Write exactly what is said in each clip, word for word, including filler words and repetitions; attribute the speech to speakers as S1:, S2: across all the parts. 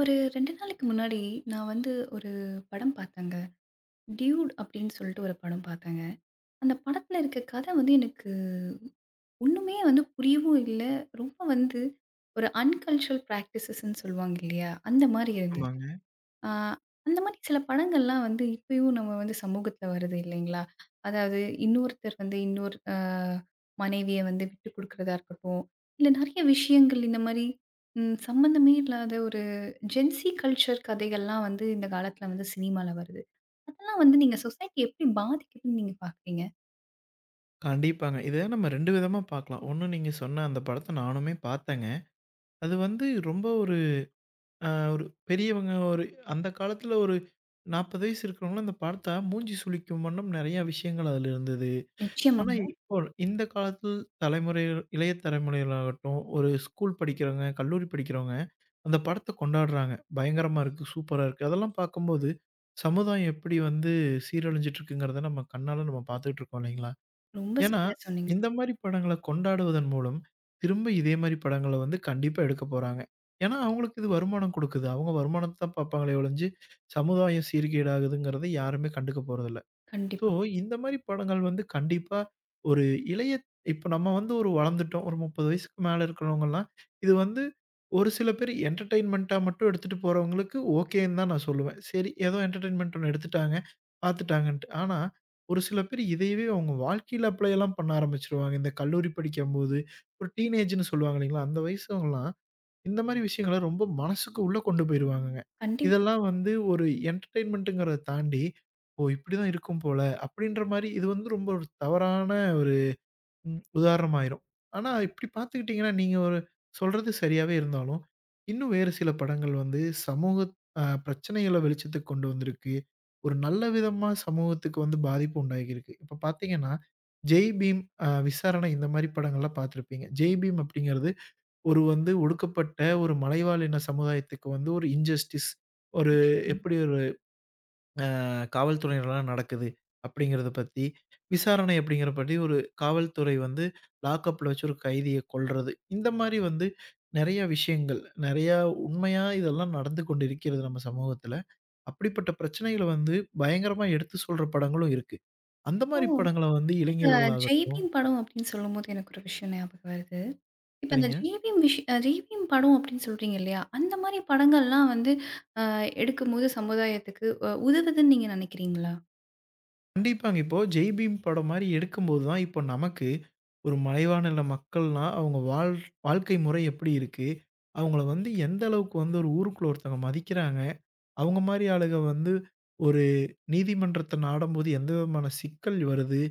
S1: ஒரு ரெண்டு நாளைக்கு முன்னாடி, நான் வந்து ஒரு படம் பார்த்தேங்க. "டியூட்" அப்படின்னு சொல்லிட்டு ஒரு படம் பார்த்தேங்க. அந்த படத்துல இருக்க கத வந்து எனக்கு ஒண்ணுமே வந்து புரியவும் இல்ல. ரொம்ப வந்து ஒரு அன்கல்ச்சரல் பிராக்டிசஸ்ன்னு சொல்லுவாங்க இல்லையா? அந்த மாரி இருந்தது.
S2: ஆமாங்க.
S1: ஆ, அந்த மாரி சில படங்கள்லாம் வந்து இப்பயும் நம்ம வந்து சமூகத்துல வருது இல்லைங்களா? அதாவது இன்னொருத்தர் வந்து இன்னொரு அ மனைவிய வந்து விட்டு குடுக்குறதா இருக்கட்டும், இல்ல நெறைய விஷயங்கள் இந்த மாரி ம் சம்மந்தமே இல்லாத ஒரு ஜென்ஸி கல்ச்சர் கதைகள்லாம் வந்து இந்த காலத்துல வந்து சினிமால வருது. அதெல்லாம் வந்து நீங்க சொசைட்டி எப்படி பாதிக்குதுன்னு நீங்க பார்க்குறீங்க?
S2: கண்டிப்பாங்க. இத நம்ம ரெண்டு விதமா பார்க்கலாம். ஒண்ணு நீங்க சொன்ன அந்த படத்த நானுமே பார்த்தேங்க. அது வந்து ரொம்ப ஒரு அ ஒரு பெரியவங்க ஒரு அந்த காலத்துல ஒரு நாற்பது வயசு இருக்கிறவங்கலாம் அந்த பார்த்தா மூஞ்சி சுளிக்கும் வண்ணம் நெறைய விஷயங்கள் அதுல இருந்தது. ஆனா,
S1: நிச்சயமாங்க.
S2: இப்போ இந்த காலத்து தலைமுறை இளைய தலைமுறையினராகட்டும், ஒரு ஸ்கூல் படிக்கிறவங்க, கல்லூரி படிக்கிறவங்க அந்த படத்த கொண்டாடுறாங்க. பயங்கரமா இருக்கு, சூப்பரா இருக்கு. அதெல்லாம் பார்க்கும்போது சமுதாயம் எப்படி வந்து சீரழிஞ்சிட்டு இருக்குங்கிறத நம்ம கண்ணால நம்ம பார்த்துட்டு இருக்கோம் இல்லைங்களா?
S1: ரொம்ப
S2: ஏன்னா,
S1: சரியா சொன்னீங்க.
S2: இந்த மாரி படங்கள கொண்டாடுவதன் மூலம், திரும்ப இதே மாரி படங்கள வந்து கண்டிப்பா எடுக்க போறாங்க. ஏன்னா, அவங்களுக்கு இது வருமானம் குடுக்குது. அவங்க வருமானத்த தான் பார்ப்பாங்களே ஒழிஞ்சு, சமுதாயம் சீர்கேடாகுதுங்கிறத யாருமே கண்டுக்க போறதில்ல. ஸோ,
S1: கண்டிப்பா.
S2: இந்த மாரி படங்கள் வந்து கண்டிப்பா ஒரு இளைய இப்ப நம்ம வந்து ஒரு வளர்ந்துட்டோம். ஒரு முப்பது வயசுக்கு மேல இருக்கிறவங்கலாம், இது வந்து ஒரு சில பேர் என்டர்டெயின்மென்ட்டா மட்டும் எடுத்துட்டு போறவங்களுக்கு ஓகேன்னு தான் நான் சொல்லுவேன். சரி ஏதோ என்டர்டெயின்மென்ட் ஒண்ணு எடுத்துட்டாங்க, பார்த்துட்டாங்கன்ட்டு. ஆனா, ஒரு சில பேர் இதையவே அவங்க வாழ்க்கையில அப்ளை எல்லாம் பண்ண ஆரம்பிச்சுருவாங்க. இந்த கல்லூரி படிக்கும்போது, ஒரு டீனேஜ்ன்னு சொல்லுவாங்க இல்லைங்களா? அந்த வயசுவங்கலாம் இந்த மாரி விஷயங்கள ரொம்ப மனசுக்கு உள்ள கொண்டு போயிருவாங்கங்க.
S1: கண்டிப்பா.
S2: இதெல்லாம் வந்து ஒரு என்டர்டெயின்மென்ட்ங்கிறத தாண்டி, ஓ! இப்படிதான் இருக்கும் போல அப்படின்ற மாரி இது வந்து ரொம்ப ஒரு தவறான ஒரு ம் உதாரணம் ஆயிரும். ஆனா இப்படி பார்த்துக்கிட்டீங்கன்னா, நீங்க ஒரு சொல்றது சரியாவே இருந்தாலும், இன்னும் வேறு சில படங்கள் வந்து சமூக அ பிரச்சனைகள வெளிச்சத்துக்கு கொண்டு வந்திருக்கு. ஒரு நல்ல விதமா சமூகத்துக்கு வந்து பாதிப்பு உண்டாகியிருக்கு. இப்ப பார்த்தீங்கன்னா, "ஜெய் பீம்", அ "விசாரணை" இந்த மாரி படங்கள்லாம் பார்த்துருப்பீங்க. "ஜெய் பீம்" அப்படிங்கிறது ஒரு வந்து ஒடுக்கப்பட்ட ஒரு மலைவாழ் இன சமுதாயத்துக்கு வந்து ஒரு இன்ஜஸ்டிஸ் ஒரு
S1: நிச்சயமா.
S2: எப்படி ஒரு அ காவல்துறையினலாம் நடக்குது அப்படிங்கிறத பத்தி, விசாரணை அப்படிங்கிற பத்தி ஒரு காவல்துறை வந்து லாக்கப்ல வச்சு ஒரு கைதிய கொல்றது. இந்த மாரி வந்து நெறைய விஷயங்கள், நெறையா உண்மையா இதெல்லாம் நடந்து கொண்டிருக்கிறது நம்ம சமூகத்துல. அப்படிப்பட்ட பிரச்சனைகள வந்து பயங்கரமா எடுத்து சொல்ற படங்களும் இருக்கு. அந்த
S1: இப்போ
S2: மாரி படங்கள வந்து
S1: நீங்க ஜெய்
S2: இளைஞர்களாகட்டும்
S1: பீம் படம் அப்படின்னு சொல்லும்போது எனக்கு ஒரு விஷயம் ஞாபகம் வருது. இப்ப அந்த
S2: சரிங்க.
S1: ஜேவிஎம் விஷ் அ ஜேவிஎம் படம் அப்படின்னு சொல்றீங்க இல்லையா? அந்த மாரி படங்கள்லாம் வந்து அ எடுக்கும்போது சமுதாயத்துக்கு அ உதவுதுன்னு நீங்க நினைக்கிறீங்களா?
S2: கண்டிப்பாங்க. இப்போ "ஜெய் பீம்" படம் மாரி எடுக்கும்போது தான், இப்போ நமக்கு ஒரு மலைவாழ்நில மக்கள்னா, அவங்க வாழ் வாழ்க்கை முறை எப்படி இருக்கு? அவங்கள வந்து எந்த அளவுக்கு வந்து ஒரு ஊருக்குள்ள ஒருத்தவங்க மதிக்கிறாங்க? அவங்க மாரி ஆளுக வந்து ஒரு நீதிமன்றத்த நாடும்போது எந்த விதமான சிக்கல் வருது?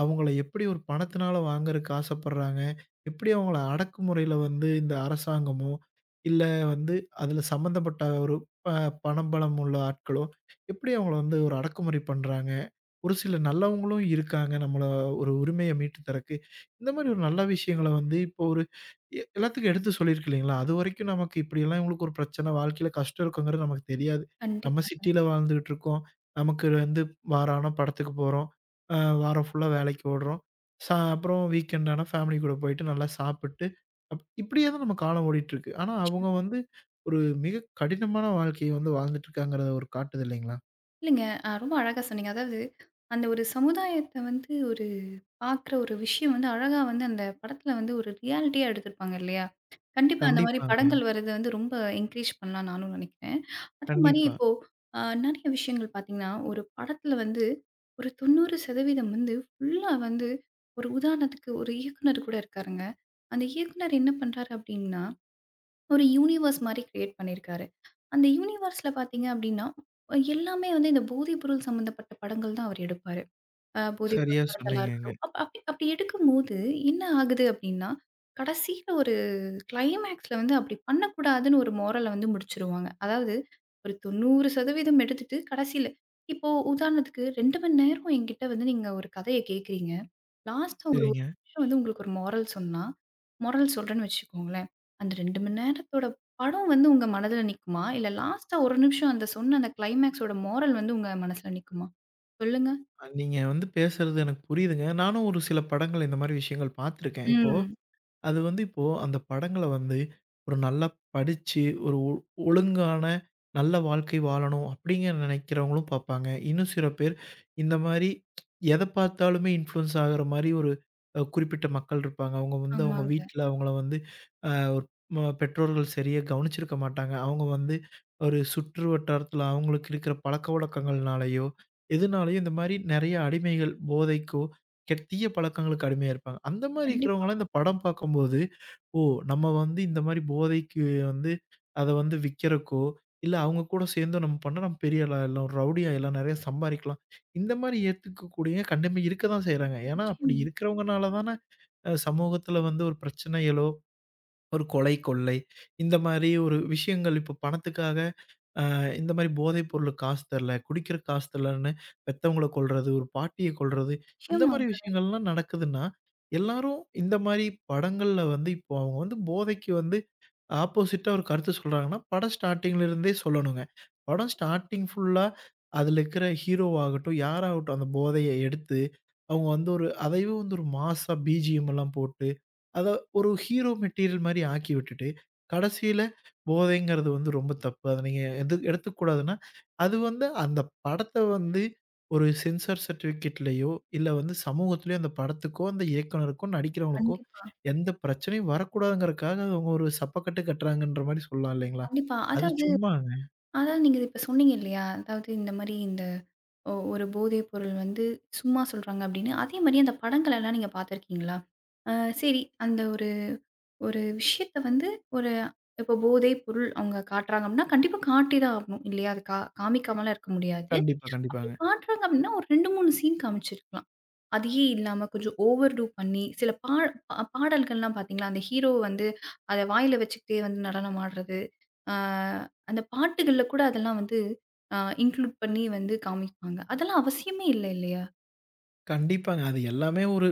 S2: அவங்கள எப்படி ஒரு பணத்தினால வாங்குறதுக்கு ஆசைப்படுறாங்க? எப்படி அவங்கள அடக்குமுறையில வந்து இந்த அரசாங்கமோ, இல்ல வந்து அதில சம்மந்தப்பட்ட ஒரு ப பணபலம் உள்ள ஆட்களோ, எப்படி அவங்கள வந்து ஒரு அடக்குமுறை பண்றாங்க? ஒரு சில நல்லவங்களும் இருக்காங்க. நம்மள ஒரு உரிமைய மீட்டு தரக்கு. இந்த மாரி ஒரு நல்ல விஷயங்கள வந்து இப்போ ஒரு எ எல்லாத்துக்கும் எடுத்து சொல்லியிருக்கு இல்லைங்களா? அதுவரைக்கும் நமக்கு இப்படியெல்லாம் இவங்களுக்கு ஒரு பிரச்சனை, வாழ்க்கையில கஷ்டம் இருக்குங்கிறது நமக்கு தெரியாது. நம்ம
S1: கண்டிப்பாங்க.
S2: சிட்டியில வாழ்ந்துகிட்டு இருக்கோம். நமக்கு வந்து வாரம் ஆனா படத்துக்கு போறோம். அ வாரம் ஃபுல்லா வேலைக்கு ஓடுறோம். சா அப்புறம் வீக்கெண்ட் ஆனா ஃபேமிலி கூட போயிட்டு நல்லா சாப்பிட்டு, அப் இப்படியே தான் நம்ம காலம் ஓடிட்டுருக்கு. ஆனா அவங்க
S1: நிச்சயம்.
S2: வந்து ஒரு மிக கடினமான வாழ்க்கைய வந்து வாழ்ந்துட்டுருக்காங்கிறத ஒரு காட்டுது இல்லைங்களா?
S1: இல்லங்க அ ரொம்ப அழகா சொன்னீங்க. அதாவது அந்த ஒரு சமுதாயத்த வந்து ஒரு பார்க்குற ஒரு விஷயம் வந்து அழகா வந்து அந்த படத்துல வந்து ஒரு ரியாலிட்டியா எடுத்திருப்பாங்க இல்லையா? கண்டிப்பா அந்த மாரி
S2: கண்டிப்பாங்க.
S1: படங்கள் வர்றது வந்து ரொம்ப என்கரேஜ் பண்ணலாம்னு நானும் நினைக்கிறேன். அதே மாரி
S2: கண்டிப்பா.
S1: இப்போ அ நெறைய விஷயங்கள் பார்த்தீங்கன்னா, ஒரு படத்துல வந்து ஒரு தொண்ணூறு சதவீதம் வந்து ஃபுல்லா வந்து ஒரு உதாரணத்துக்கு ஒரு இயக்குனர் கூட இருக்காருங்க. அந்த இயக்குனர் என்ன பண்றாரு அப்டின்னா, ஒரு யூனிவர்ஸ் மாரி கிரியேட் பண்ணியிருக்காரு. அந்த யூனிவர்ஸ்ல பார்த்தீங்க அப்டின்னா, எல்லாமே வந்து இந்த போதை பொருள் சம்மந்தப்பட்ட படங்கள் தான் அவர் எடுப்பாரு. அ போதை
S2: சரியா
S1: பழக்கவழக்கலா
S2: சொன்னீங்கங்க.
S1: இருக்கட்டும். அப் அப் அப்படி எடுக்கும்போது என்ன ஆகுது அப்படின்னா, கடைசியில ஒரு கிளைமேக்ஸ்ல வந்து அப்படி பண்ணக்கூடாதுன்னு ஒரு மோரல வந்து முடிச்சுருவாங்க. அதாவது ஒரு தொண்ணூறு சதவீதம் எடுத்துட்டு கடைசியில இப்போ உதாரணத்துக்கு ரெண்டு மணி நேரம் என்கிட்ட வந்து நீங்க ஒரு கதைய கேட்குறீங்க. லாஸ்ட்டா ஒரு ஒரு
S2: சரிங்க.
S1: நிமிஷம் வந்து உங்களுக்கு ஒரு மோரல் சொன்னா, மோரல் சொல்றேன்னு வச்சுக்கோங்களேன். அந்த ரெண்டு மணி நேரத்தோட படம் வந்து உங்க மனதுல நிக்குமா? இல்ல லாஸ்ட்டா ஒரு நிமிஷம் அந்த சொன்ன அந்த கிளைமேக்ஸோட மோரல் வந்து உங்க மனசுல நிக்குமா? சொல்லுங்க.
S2: அ நீங்க வந்து பேசுறது எனக்கு புரியுதுங்க. நானும் ஒரு சில படங்கள் இந்த மாரி விஷயங்கள் பார்த்துருக்கேன். இப்போ
S1: ம்.
S2: அது வந்து இப்போ அந்த படங்கள வந்து ஒரு நல்லா படிச்சு, ஒரு ஒ ஒழுங்கான நல்ல வாழ்க்கை வாழணும் அப்டிங்கிற நெனைக்கிறவங்களும் பாப்பாங்க. இன்னும் சில பேர் இந்த மாரி எத பார்த்தாலுமே இன்ஃப்ளூயன்ஸ் ஆகுற மாரி ஒரு அ குறிப்பிட்ட மக்கள் இருப்பாங்க. அவங்க வந்து அவங்க
S1: ஆமாங்க.
S2: வீட்ல அவங்கள வந்து அ ஒரு ம பெற்றோர்கள் சரியா கவனிச்சிருக்க மாட்டாங்க. அவங்க வந்து ஒரு சுற்று வட்டாரத்துல அவங்களுக்கு இருக்கிற பழக்கவழக்கங்கள்னாலயோ, எதுனாலயோ இந்த மாரி நெறைய அடிமைகள் போதைக்கோ கெட் தீய பழக்கங்களுக்கு அடிமையா இருப்பாங்க. அந்த மாரி
S1: கண்டிப்பா.
S2: இருக்கிறவங்கலாம் இந்த படம் பார்க்கும்போது, ஓ! நம்ம வந்து இந்த மாரி போதைக்கு வந்து அத வந்து விக்கிறக்கோ, இல்ல அவங்க கூட சேர்ந்து நம்ம பண்ணா நம்ம பெரிய ஆள் ஆயிடலாம். ஒரு ரவுடி ஆயிடலாம். நெறைய சம்பாரிக்கலாம். இந்த மாரி ஏத்துக்கக்கூடியவங்க கண்டிப்பா இருக்க தான் செய்றாங்க. ஏன்னா, அப்படி
S1: நிச்சயம்
S2: இருக்கிறவங்கனால தானே அ சமூகத்தில வந்து ஒரு பிரச்சனைகளோ, ஒரு கொலை, கொள்ளை இந்த மாரி ஒரு விஷயங்கள் இப்போ பணத்துக்காக அ இந்த மாரி போதைப் பொருளுக்கு காசு தரல, குடிக்கிறக்கு காசு தரலன்னு பெத்தவங்கள கொல்றது, ஒரு பாட்டிய கொல்றது, இந்த மாரி
S1: நிச்சயமாங்க.
S2: விஷயங்கள்லாம் நடக்குதுன்னா, எல்லாரும் இந்த மாரி படங்கள்ல வந்து இப்போ அவங்க வந்து போதைக்கு வந்து ஆப்போசிட்டா ஒரு கருத்து சொல்றாங்கன்னா, படம் ஸ்டார்ட்டிங்ல இருந்தே சொல்லணுங்க. படம் ஸ்டார்ட்டிங் ஃபுல்லா அதுல இருக்கிற ஹீரோவாகட்டும், யாராகட்டும் அந்த போதைய எடுத்து அவங்க வந்து ஒரு அதைவே வந்து ஒரு மாஸா பிஜிஎம் எல்லாம் போட்டு, அத ஒரு ஹீரோ மெட்டீரியல் மாரி ஆக்கி விட்டுட்டு, கடைசியில போதைங்கிறது வந்து ரொம்ப தப்பு. அத நீங்க எது எடுத்துக்கூடாதுன்னா, அது வந்து அந்த படத்த வந்து ஒரு சென்சார் சர்டிஃபிகேட்லயோ, இல்ல வந்து சமூகத்திலயோ அந்த படத்துக்கோ, அந்த இயக்குனருக்கோ, நடிக்கிறவங்களுக்கோ
S1: கண்டிப்பா.
S2: எந்த பிரச்சனையும் வரக்கூடாதுங்கிறதுக்காக அவங்க ஒரு சப்பக்கட்டு கட்டுறாங்கன்ற மாரி சொல்லலாம் இல்லைங்களா?
S1: கண்டிப்பா.
S2: அது
S1: அதாவது
S2: சும்மாங்க.
S1: அதாவது நீங்க இப்ப சொன்னீங்க இல்லையா? அதாவது இந்த மாரி இந்த ஒ ஒரு போதை பொருள் வந்து சும்மா சொல்றாங்க அப்படின்னு. அதே மாரி அந்த படங்கள் எல்லாம் நீங்க பார்த்துருக்கீங்களா? அ சரி அந்த ஒரு ஒரு விஷயத்த வந்து ஒரு இப்போ போதை பொருள் அவங்க காட்டுறாங்க அப்படின்னா, கண்டிப்பா காட்டி தான் ஆகணும் இல்லையா? அது கா காமிக்காமலாம் இருக்க முடியாது.
S2: கண்டிப்பா,
S1: அப்படி
S2: கண்டிப்பாங்க.
S1: காட்டுறாங்க அப்படின்னா, ஒரு ரெண்டு, மூணு சீன் காமிச்சிருக்கலாம். அதையே இல்லாம கொஞ்சம் ஓவர் டூ பண்ணி, சில பா பா பாடல்கள்லாம் பார்த்தீங்களா, அந்த ஹீரோ வந்து அத வாயில வச்சுக்கிட்டே வந்து நடனம் ஆடுறது. ஆ அந்த பாட்டுகள்ல கூட அதெல்லாம் வந்து அ இன்க்ளூட் பண்ணி வந்து காமிப்பாங்க. அதெல்லாம் அவசியமே இல்ல இல்லையா?
S2: கண்டிப்பாங்க. அது எல்லாமே ஒரு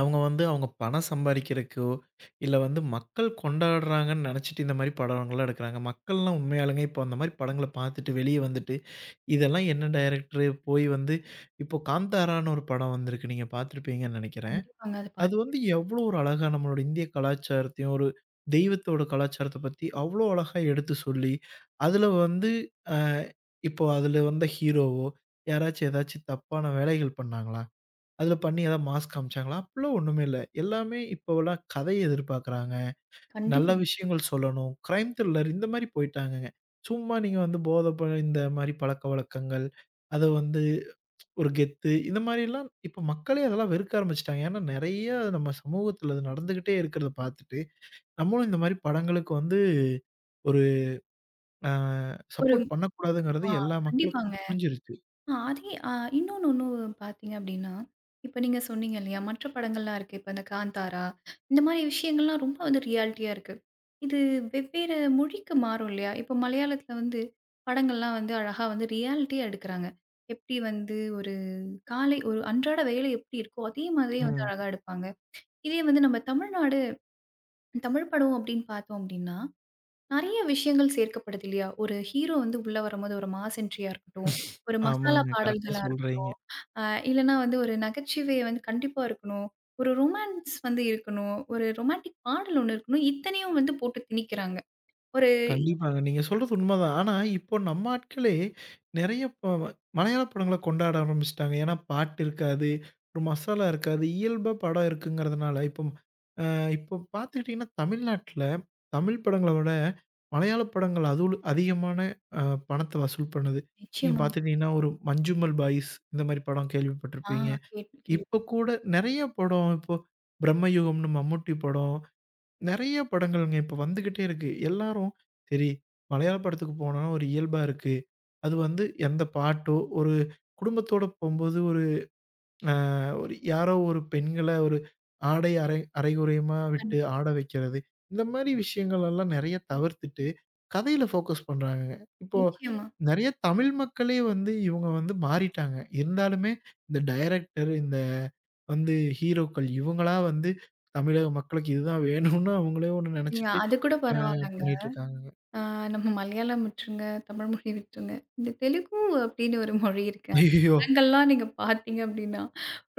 S2: அவங்க வந்து அவங்க பணம் சம்பாரிக்கிறக்கோ, இல்ல வந்து மக்கள் கொண்டாடுறாங்கன்னு நெனச்சுட்டு இந்த மாரி படங்கள்லாம் எடுக்குறாங்க. மக்கள்லாம் உண்மையாளுங்க இப்போ அந்த மாரி படங்கள பாத்துட்டு வெளிய வந்துட்டு, இதெல்லாம் என்ன டைரக்டரு போய் வந்து இப்போ காந்தாரான்னு ஒரு படம் வந்திருக்கு. நீங்க பாத்துருப்பீங்கன்னு நெனைக்கிறேன்.
S1: கண்டிப்பாங்க. அத
S2: அது
S1: பாத்
S2: வந்து எவ்ளோ ஒரு அழகா நம்மளோட இந்திய கலாச்சாரத்தையும், ஒரு தெய்வத்தோட கலாச்சாரத்த பத்தி அவ்ளோ அழகா எடுத்து சொல்லி, அதுல வந்து அ இப்போ அதுல வந்த ஹீரோவோ யாராச்சும் ஏதாச்சும் தப்பான வேலைகள் பண்ணாங்களா? அதில பண்ணி ஏதாவது மாஸ் காமிச்சாங்களா? அப்பலாம் ஒண்ணுமே இல்ல. எல்லாமே இப்போலாம் கதைய எதிர்பார்க்குறாங்க. நல்ல
S1: கண்டிப்பாங்க.
S2: விஷயங்கள் சொல்லணும். கிரைம் த்ரில்லர் இந்த மாரி போயிட்டாங்கங்க. சும்மா நீங்க வந்து போதை ப இந்த மாரி பழக்கவழக்கங்கள், அத வந்து ஒரு கெத்து இந்த மாரிலாம் இப்ப மக்களே அதெல்லாம் வெறுக்க ஆரம்பிச்சுட்டாங்க. ஏன்னா நெறைய நம்ம சமூகத்தில அது நடந்துகிட்டே இருக்கிறத பார்த்துட்டு, நம்மளும் இந்த மாரி படங்களுக்கு வந்து ஒரு அ
S1: ஒரு
S2: சப்போர்ட் பண்ணக்கூடாதுங்கிறது
S1: ஆ
S2: எல்லா
S1: கண்டிப்பாங்க.
S2: மக்களுக்கும் புரிஞ்சிருச்சு.
S1: ஆ அதே அ இன்னொன்னு ஒண்ணும் பார்த்தீங்க அப்டின்னா, இப்ப நீங்க சொன்னீங்க இல்லையா? மற்ற படங்கள்லாம் இருக்கு. இப்ப இந்த காந்தாரா, இந்த மாரி விஷயங்கள்லாம் ரொம்ப வந்து ரியாலிட்டியா இருக்கு. இது வெவ்வேறு மொழிக்கு மாறும் இல்லையா? இப்போ மலையாளத்தில வந்து படங்கள்லாம் வந்து அழகா வந்து ரியாலிட்டியா எடுக்குறாங்க. எப்டி வந்து ஒரு காலை ஒரு அன்றாட வேலை எப்டி இருக்கோ, அதே மாதிரியே வந்து
S2: ம்.
S1: அழகா எடுப்பாங்க. இதே வந்து நம்ம தமிழ்நாடு தமிழ் படம் அப்டின்னு பார்த்தோம் அப்டின்னா, நெறைய விஷயங்கள் சேர்க்கப்படுது இல்லையா? ஒரு ஹீரோ வந்து உள்ள வரும்போது ஒரு மாஸ் என்ட்ரியா இருக்கட்டும், ஒரு மசாலா
S2: ஆமாங்க. கரெக்ட்டா
S1: பாடல்களா
S2: சொல்றீங்க.
S1: இருக்கட்டும், அ இல்லன்னா வந்து ஒரு நகைச்சுவை வந்து கண்டிப்பா இருக்கணும். ஒரு ரொமான்ஸ் வந்து இருக்கணும். ஒரு ரொமான்டிக் பாடல் ஒண்ணு இருக்கணும். இத்தனையும் வந்து போட்டு திணிக்கிறாங்க. ஒரு
S2: கண்டிப்பாங்க. நீங்க சொல்றது உண்மதான். ஆனா, இப்போ நம்ம ஆட்களே நெறைய ப மலையாள படங்கள கொண்டாட ஆரம்பிச்சுட்டாங்க. ஏன்னா, பாட்டு இருக்காது. ஒரு மசாலா இருக்காது. இயல்பா படம் இருக்குங்கிறதுனால, இப்போ அ இப்போ பார்த்துக்கிட்டீங்கன்னா, தமிழ்நாட்ல தமிழ் படங்கள விட மலையாள படங்கள் அதுவும் அதிகமான அ பணத்த வசூல் பண்ணுது. நீங்க
S1: நிச்சயமாங்க.
S2: பார்த்துட்டீங்கன்னா, ஒரு மஞ்சுமல் பாய்ஸ் இந்த மாரி படம்
S1: ஆ
S2: கேள்விப்பட்டிருப்பீங்க.
S1: கேள்வி
S2: இப்போ
S1: கேள்விப்பட்டேன்.
S2: கூட நெறைய படம் இப்போ பிரம்மயுகம்னு மம்முட்டி படம் நெறைய படங்கள்ங்க இப்ப வந்துகிட்டே இருக்கு. எல்லாரும் சரி மலையாள படத்துக்கு போனா ஒரு இயல்பா இருக்கு. அது வந்து எந்த பாட்டோ, ஒரு குடும்பத்தோட போம்போது ஒரு அ ஒரு யாரோ ஒரு பெண்கள ஒரு ஆடை அரை அரைகுறையுமா விட்டு ஆட வைக்கிறது. இந்த மாரி விஷயங்கள் எல்லாம் நெறைய தவிர்த்துட்டு, கதையில ஃபோக்கஸ் பண்றாங்கங்க. இப்போ
S1: நிச்சயமா.
S2: நெறைய தமிழ் மக்களே வந்து இவங்க வந்து மாறிட்டாங்க. இருந்தாலுமே இந்த டைரக்டர், இந்த வந்து ஹீரோக்கள் இவங்களா வந்து தமிழக மக்களுக்கு இதுதான் வேணும்னு அவங்களே ஒண்ணு
S1: நீங்க
S2: நெனச்சுட்டு
S1: அது கூட
S2: ஆ
S1: பரவால்லங்க.
S2: பண்ணிட்டு இருக்காங்க.
S1: ஆ நம்ம மலையாளம் விட்டுருங்க, தமிழ் மொழி விட்டுருங்க. இந்த தெலுங்கு அப்படின்னு ஒரு மொழி இருக்கு. அந்த
S2: ஐயய்யோ!
S1: படங்கள்லாம் நீங்க பார்த்தீங்க அப்படின்னா,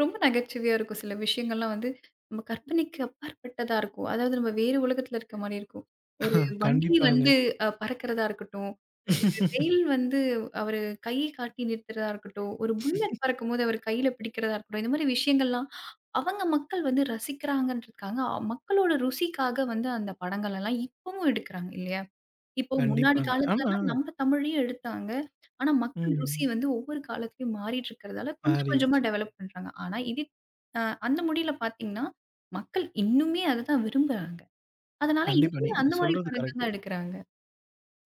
S1: ரொம்ப நகைச்சுவையா இருக்கும். சில விஷயங்கள்லாம் வந்து நம்ம கற்பனைக்கு அப்பாற்பட்டதா இருக்கும். அதாவது நம்ம வேறு உலகத்துல இருக்க மாரி இருக்கும். ஒரு வண்டி
S2: கண்டிப்பாங்க.
S1: வந்து அ பறக்கிறதா இருக்கட்டும், ரயில் வந்து அவரு கைய காட்டி நிறுத்துறதா இருக்கட்டும், ஒரு புல்லட் பறக்கும்போது அவர் கையில பிடிக்கிறதா இருக்கட்டும், இந்த மாரி விஷயங்கள்லாம் அவங்க மக்கள் வந்து ரசிக்கிறாங்கன்றதுக்காக, அ- மக்களோட ருசிக்காக வந்து அந்த படங்கள் எல்லாம் இப்பவும் எடுக்கிறாங்க இல்லையா? இப்போ முன்னாடி
S2: கண்டிப்பாங்க. ஆனா
S1: காலத்துலலாம் நம்ம தமிழையே எடுத்தாங்க. ஆனா, மக்கள் ருசி
S2: ம்.
S1: வந்து ஒவ்வொரு காலத்துலயும் மாறிட்டு இருக்கிறதால கொஞ்சம் கொஞ்சமா
S2: மாறிருச்சு.
S1: டெவலப் பண்றாங்க. ஆனா, இது அ அந்த மொழியில பார்த்தீங்கன்னா, மக்கள் இன்னுமே அததான் விரும்புறாங்க. அதனால
S2: கண்டிப்பா.
S1: இன்னுமே
S2: நீங்க
S1: அந்த மாரி
S2: சொல்றது
S1: படங்கள்
S2: கரெக்ட்டு.
S1: தான் எடுக்குறாங்க.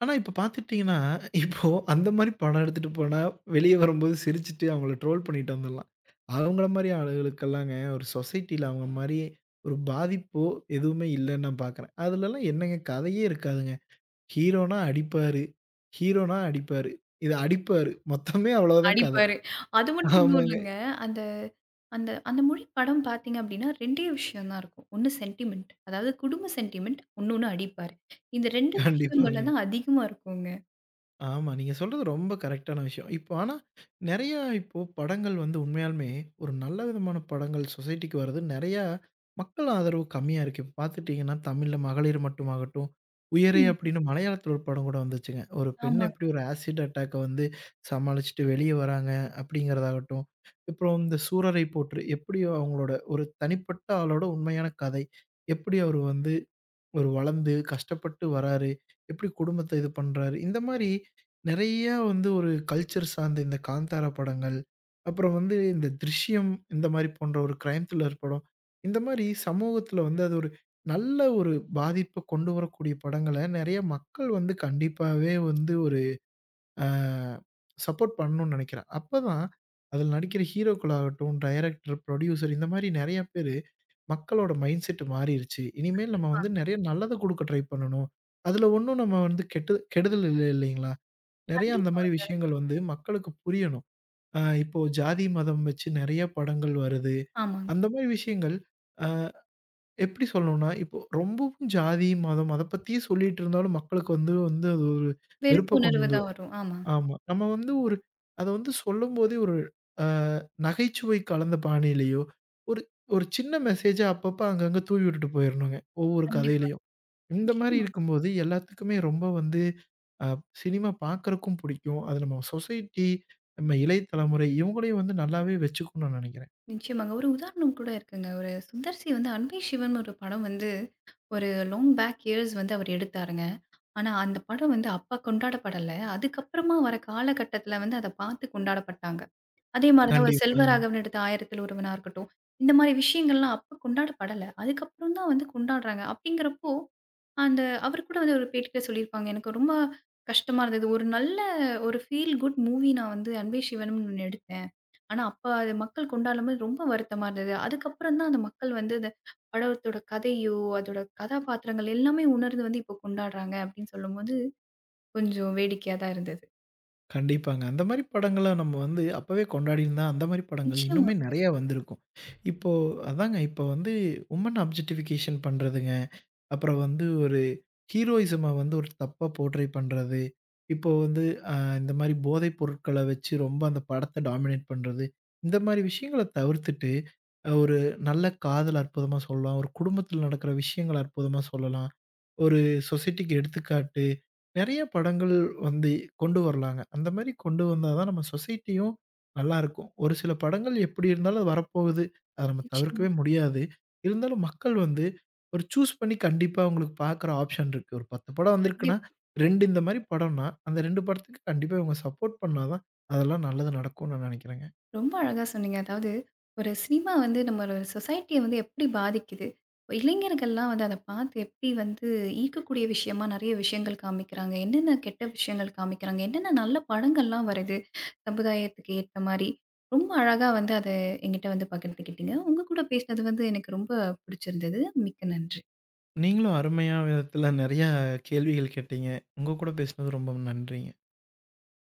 S2: ஆனா இப்ப பாத்துட்டீங்கன்னா, இப்போ அந்த மாரி படம் எடுத்துட்டு போனா, வெளிய வரும்போது சிரிச்சுட்டு அவங்கள ட்ரோல் பண்ணிட்டு வந்துரலாம். அவங்கள மாரி ஆளுகளுக்கெல்லாங்க ஒரு சொசைட்டில அவங்க மாரி ஒரு பாதிப்போ எதுவுமே இல்லன்னு நான் பாக்குறேன். அதுலலாம் என்னங்க கதையே இருக்காதுங்க. ஹீரோனா அடிப்பாரு, ஹீரோனா அடிப்பாரு, இது அடிப்பாரு. மொத்தமே அவ்வளவுதான் கதை.
S1: அடிப்பாரு. அது மட்டும் ஒண்ணும்
S2: ஆமாங்க.
S1: இல்லங்க. அந்த அந்த அந்த மொழி படம் பார்த்தீங்க அப்படின்னா, ரெண்டே விஷயம் தான் இருக்கும். ஒண்ணு சென்டிமென்ட். அதாவது குடும்ப சென்டிமென்ட். இன்னொன்னு அடிப்பாரு. இந்த ரெண்டு
S2: கண்டிப்பாங்க.
S1: விஷயங்கள்ல தான் அதிகமா இருக்குங்க.
S2: ஆமா. நீங்க சொல்றது ரொம்ப கரெக்ட்டான விஷயம். இப்போ ஆனா, நெறைய இப்போ படங்கள் வந்து உண்மையாலுமே ஒரு நல்ல விதமான படங்கள் சொசைட்டிக்கு வரது நெறையா மக்கள் ஆதரவு கம்மியா இருக்கு. இப்ப பார்த்துட்டீங்கன்னா, தமிழ்ல மகளிர் மட்டுமாகட்டும், உயரே
S1: ம்.
S2: அப்படின்னு மலையாளத்தில ஒரு படம் கூட வந்துச்சுங்க. ஒரு பெண்
S1: ஆமா.
S2: எப்படி ஒரு ஆசிட் அட்டாக்க வந்து சமாளிச்சுட்டு வெளிய வராங்க அப்படிங்கிறதாகட்டும், அப்புறம் இந்த சூரரை போற்று எப்படி அவங்களோட ஒரு தனிப்பட்ட ஆளோட உண்மையான கதை. எப்படி அவரு வந்து ஒரு வளர்ந்து கஷ்டப்பட்டு வராரு. எப்படி குடும்பத்த இது பண்றாரு. இந்த மாரி நெறையா வந்து ஒரு கல்ச்சர் சார்ந்த இந்த காந்தாரா படங்கள், அப்புறம் வந்து இந்த "திருஷ்யம்" இந்த மாரி போன்ற ஒரு கிரைம் த்ரில்லர் படம். இந்த மாரி சமூகத்துல வந்து அது ஒரு நல்ல ஒரு பாதிப்ப கொண்டு வரக்கூடிய படங்கள நெறைய மக்கள் வந்து கண்டிப்பாவே வந்து ஒரு அ சப்போர்ட் பண்ணணும்னு நெனைக்கிறேன். அப்பதான் அதில நடிக்கிற ஹீரோக்கள் ஆகட்டும், டைரக்டர், புரொடியூசர் இந்த மாரி நெறைய பேரு மக்களோட மைண்ட் செட் மாறிருச்சு. இனிமேல் நம்ம வந்து
S1: கண்டிப்பாங்க.
S2: நெறைய நல்லத குடுக்க ட்ரை பண்ணணும். அதுல ஒண்ணும் நம்ம வந்து கெட்டு கெடுதல் இல்ல இல்லைங்களா? நெறைய அந்த மாரி
S1: கண்டிப்பாங்க.
S2: விஷயங்கள் வந்து மக்களுக்கு புரியணும். அ இப்போ ஜாதி, மதம் வச்சு நெறைய படங்கள் வருது.
S1: ஆமாங்க.
S2: அந்த மாரி விஷயங்கள் அ எப்படி சொல்லணும்னா, இப்போ ரொம்பவும் ஜாதி, மதம் அத பத்தியே சொல்லிட்டு இருந்தாலும் மக்களுக்கு வந்து வந்து அது ஒரு
S1: வெறுப்பு
S2: வெறுப்ப கொண்டு
S1: உணர்வு தான்
S2: வந்துரும்.
S1: வரும். ஆமா.
S2: ஆமா. நம்ம வந்து ஒரு அத வந்து சொல்லும்போதே ஒரு அ நகைச்சுவை கலந்த பாணியிலயோ, ஒரு ஒரு சின்ன மெசேஜா அப்பப்ப அங்கங்க தூவி விட்டுட்டு போயிரணுங்க. ஒவ்வொரு
S1: கண்டிப்பா.
S2: கதையிலயும். இந்த மாரி
S1: நிச்சயமா,
S2: இருக்கும்போது எல்லாத்துக்குமே ரொம்ப வந்து அ சினிமா பார்க்கறக்கும் பிடிக்கும். அது நம்ம சொசைட்டி, நம்ம இளைய தலைமுறை இவங்களையும் வந்து நல்லாவே வச்சுக்கும்னு நான் நெனைக்கிறேன்.
S1: நிச்சயமாங்க. ஒரு உதாரணம் கூட இருக்குங்க. ஒரு சுந்தர் சி வந்து அன்பே சிவன் ஒரு படம் வந்து ஒரு லாங் பேக் இயர்ஸ் வந்து அவர் எடுத்தாருங்க. ஆனா அந்த படம் வந்து அப்ப கொண்டாடப்படல. அதுக்கப்புறமா வர காலகட்டத்தில வந்து அத பார்த்து கொண்டாடப்பட்டாங்க. அதே மாரி தான் ஒரு
S2: கண்டிப்பாங்க.
S1: செல்வராகவன் எடுத்த ஆயிரத்துல ஒருவனா இருக்கட்டும். இந்த மாரி விஷயங்கள்லாம் அப்ப கொண்டாடப்படல. அதுக்கப்புறம் தான் வந்து கொண்டாடுறாங்க. அப்படிங்கிறப்போ, அந்த அவர் கூட வந்து ஒரு பேட்டியில சொல்லியிருப்பாங்க. எனக்கு ரொம்ப கஷ்டமா இருந்தது. ஒரு நல்ல ஒரு ஃபீல் குட் மூவி நான் வந்து அன்பே சிவனம்னு ஒண்ணு எடுத்தேன். ஆனா, அப்ப அது மக்கள் கொண்டாடும்போது ரொம்ப வருத்தமா இருந்தது. அதுக்கப்புறம் தான் அந்த மக்கள் வந்து அந்த படத்தோட கதையோ, அதோட கதாபாத்திரங்கள் எல்லாமே உணர்ந்து வந்து இப்போ கொண்டாடுறாங்க அப்படின்னு சொல்லும்போது, கொஞ்சம் வேடிக்கையா தான் இருந்தது.
S2: கண்டிப்பாங்க. அந்த மாரி படங்கள நம்ம வந்து அப்பவே கொண்டாடியிருந்தா, அந்த மாரி படங்கள் இன்னுமே
S1: நிச்சயமாங்க,
S2: நெறையா வந்திருக்கும். இப்போ அதாங்க இப்போ வந்து உமன் அப்ஜெக்டிஃபிகேஷன் பண்றதுங்க. அப்புறம் வந்து ஒரு ஹீரோயிசம வந்து ஒரு தப்பா போர்ட்ரை பண்றது. இப்போ வந்து அ இந்த மாரி போதைப் பொருட்கள வச்சு ரொம்ப அந்த படத்த டாமினேட் பண்றது. இந்த மாரி விஷயங்கள தவிர்த்துட்டு, அ ஒரு நல்ல காதல் அற்புதமா சொல்லலாம். ஒரு குடும்பத்தில நடக்கிற விஷயங்கள அற்புதமா சொல்லலாம். ஒரு சொசைட்டிக்கு எடுத்துக்காட்டு. நெறைய படங்கள் வந்து கொண்டு வரலாங்க. அந்த மாரி கொண்டு வந்தா தான் நம்ம சொசைட்டியும் நல்லாருக்கும். ஒரு சில படங்கள் எப்படி இருந்தாலும் அது வரப்போகுது. அத நம்ம
S1: நிச்சயமா.
S2: தவிர்க்கவே முடியாது. இருந்தாலும் மக்கள் வந்து ஒரு சூஸ் பண்ணி கண்டிப்பா அவங்களுக்கு பார்க்குற ஆப்ஷன் இருக்கு. ஒரு பத்து படம் வந்திருக்குன்னா,
S1: கண்டிப்பா.
S2: ரெண்டு இந்த மாரி படம்னா, அந்த ரெண்டு படத்துக்கு கண்டிப்பா இவங்க சப்போர்ட் பண்ணா தான், அதெல்லாம் நல்லது நடக்கும்னு நான் நெனைக்கிறேங்க.
S1: ரொம்ப அழகா சொன்னீங்க. அதாவது, ஒரு சினிமா வந்து நம்ம ஒரு சொசைட்டிய வந்து எப்படி பாதிக்குது? இளைஞர்கள்லாம் வந்து அத பார்த்து எப்படி வந்து ஈர்க்கக்கூடிய விஷயமா நெறைய விஷயங்கள் காமிக்கிறாங்க. என்னென்ன கெட்ட விஷயங்கள் காமிக்கிறாங்க? என்னென்ன நல்ல படங்கள்லாம் வருது? சமுதாயத்துக்கு ஏத்த மாரி. ரொம்ப அழகா வந்து அத என்கிட்ட வந்து பகிர்ந்துக்கிட்டீங்க. உங்க கூட பேசினது வந்து எனக்கு ரொம்ப பிடிச்சிருந்தது. மிக்க நன்றி.
S2: நீங்களும் அருமையான விதத்துல நெறையா கேள்விகள் கேட்டீங்க. உங்க கூட பேசினது ரொம்ப நன்றிங்க.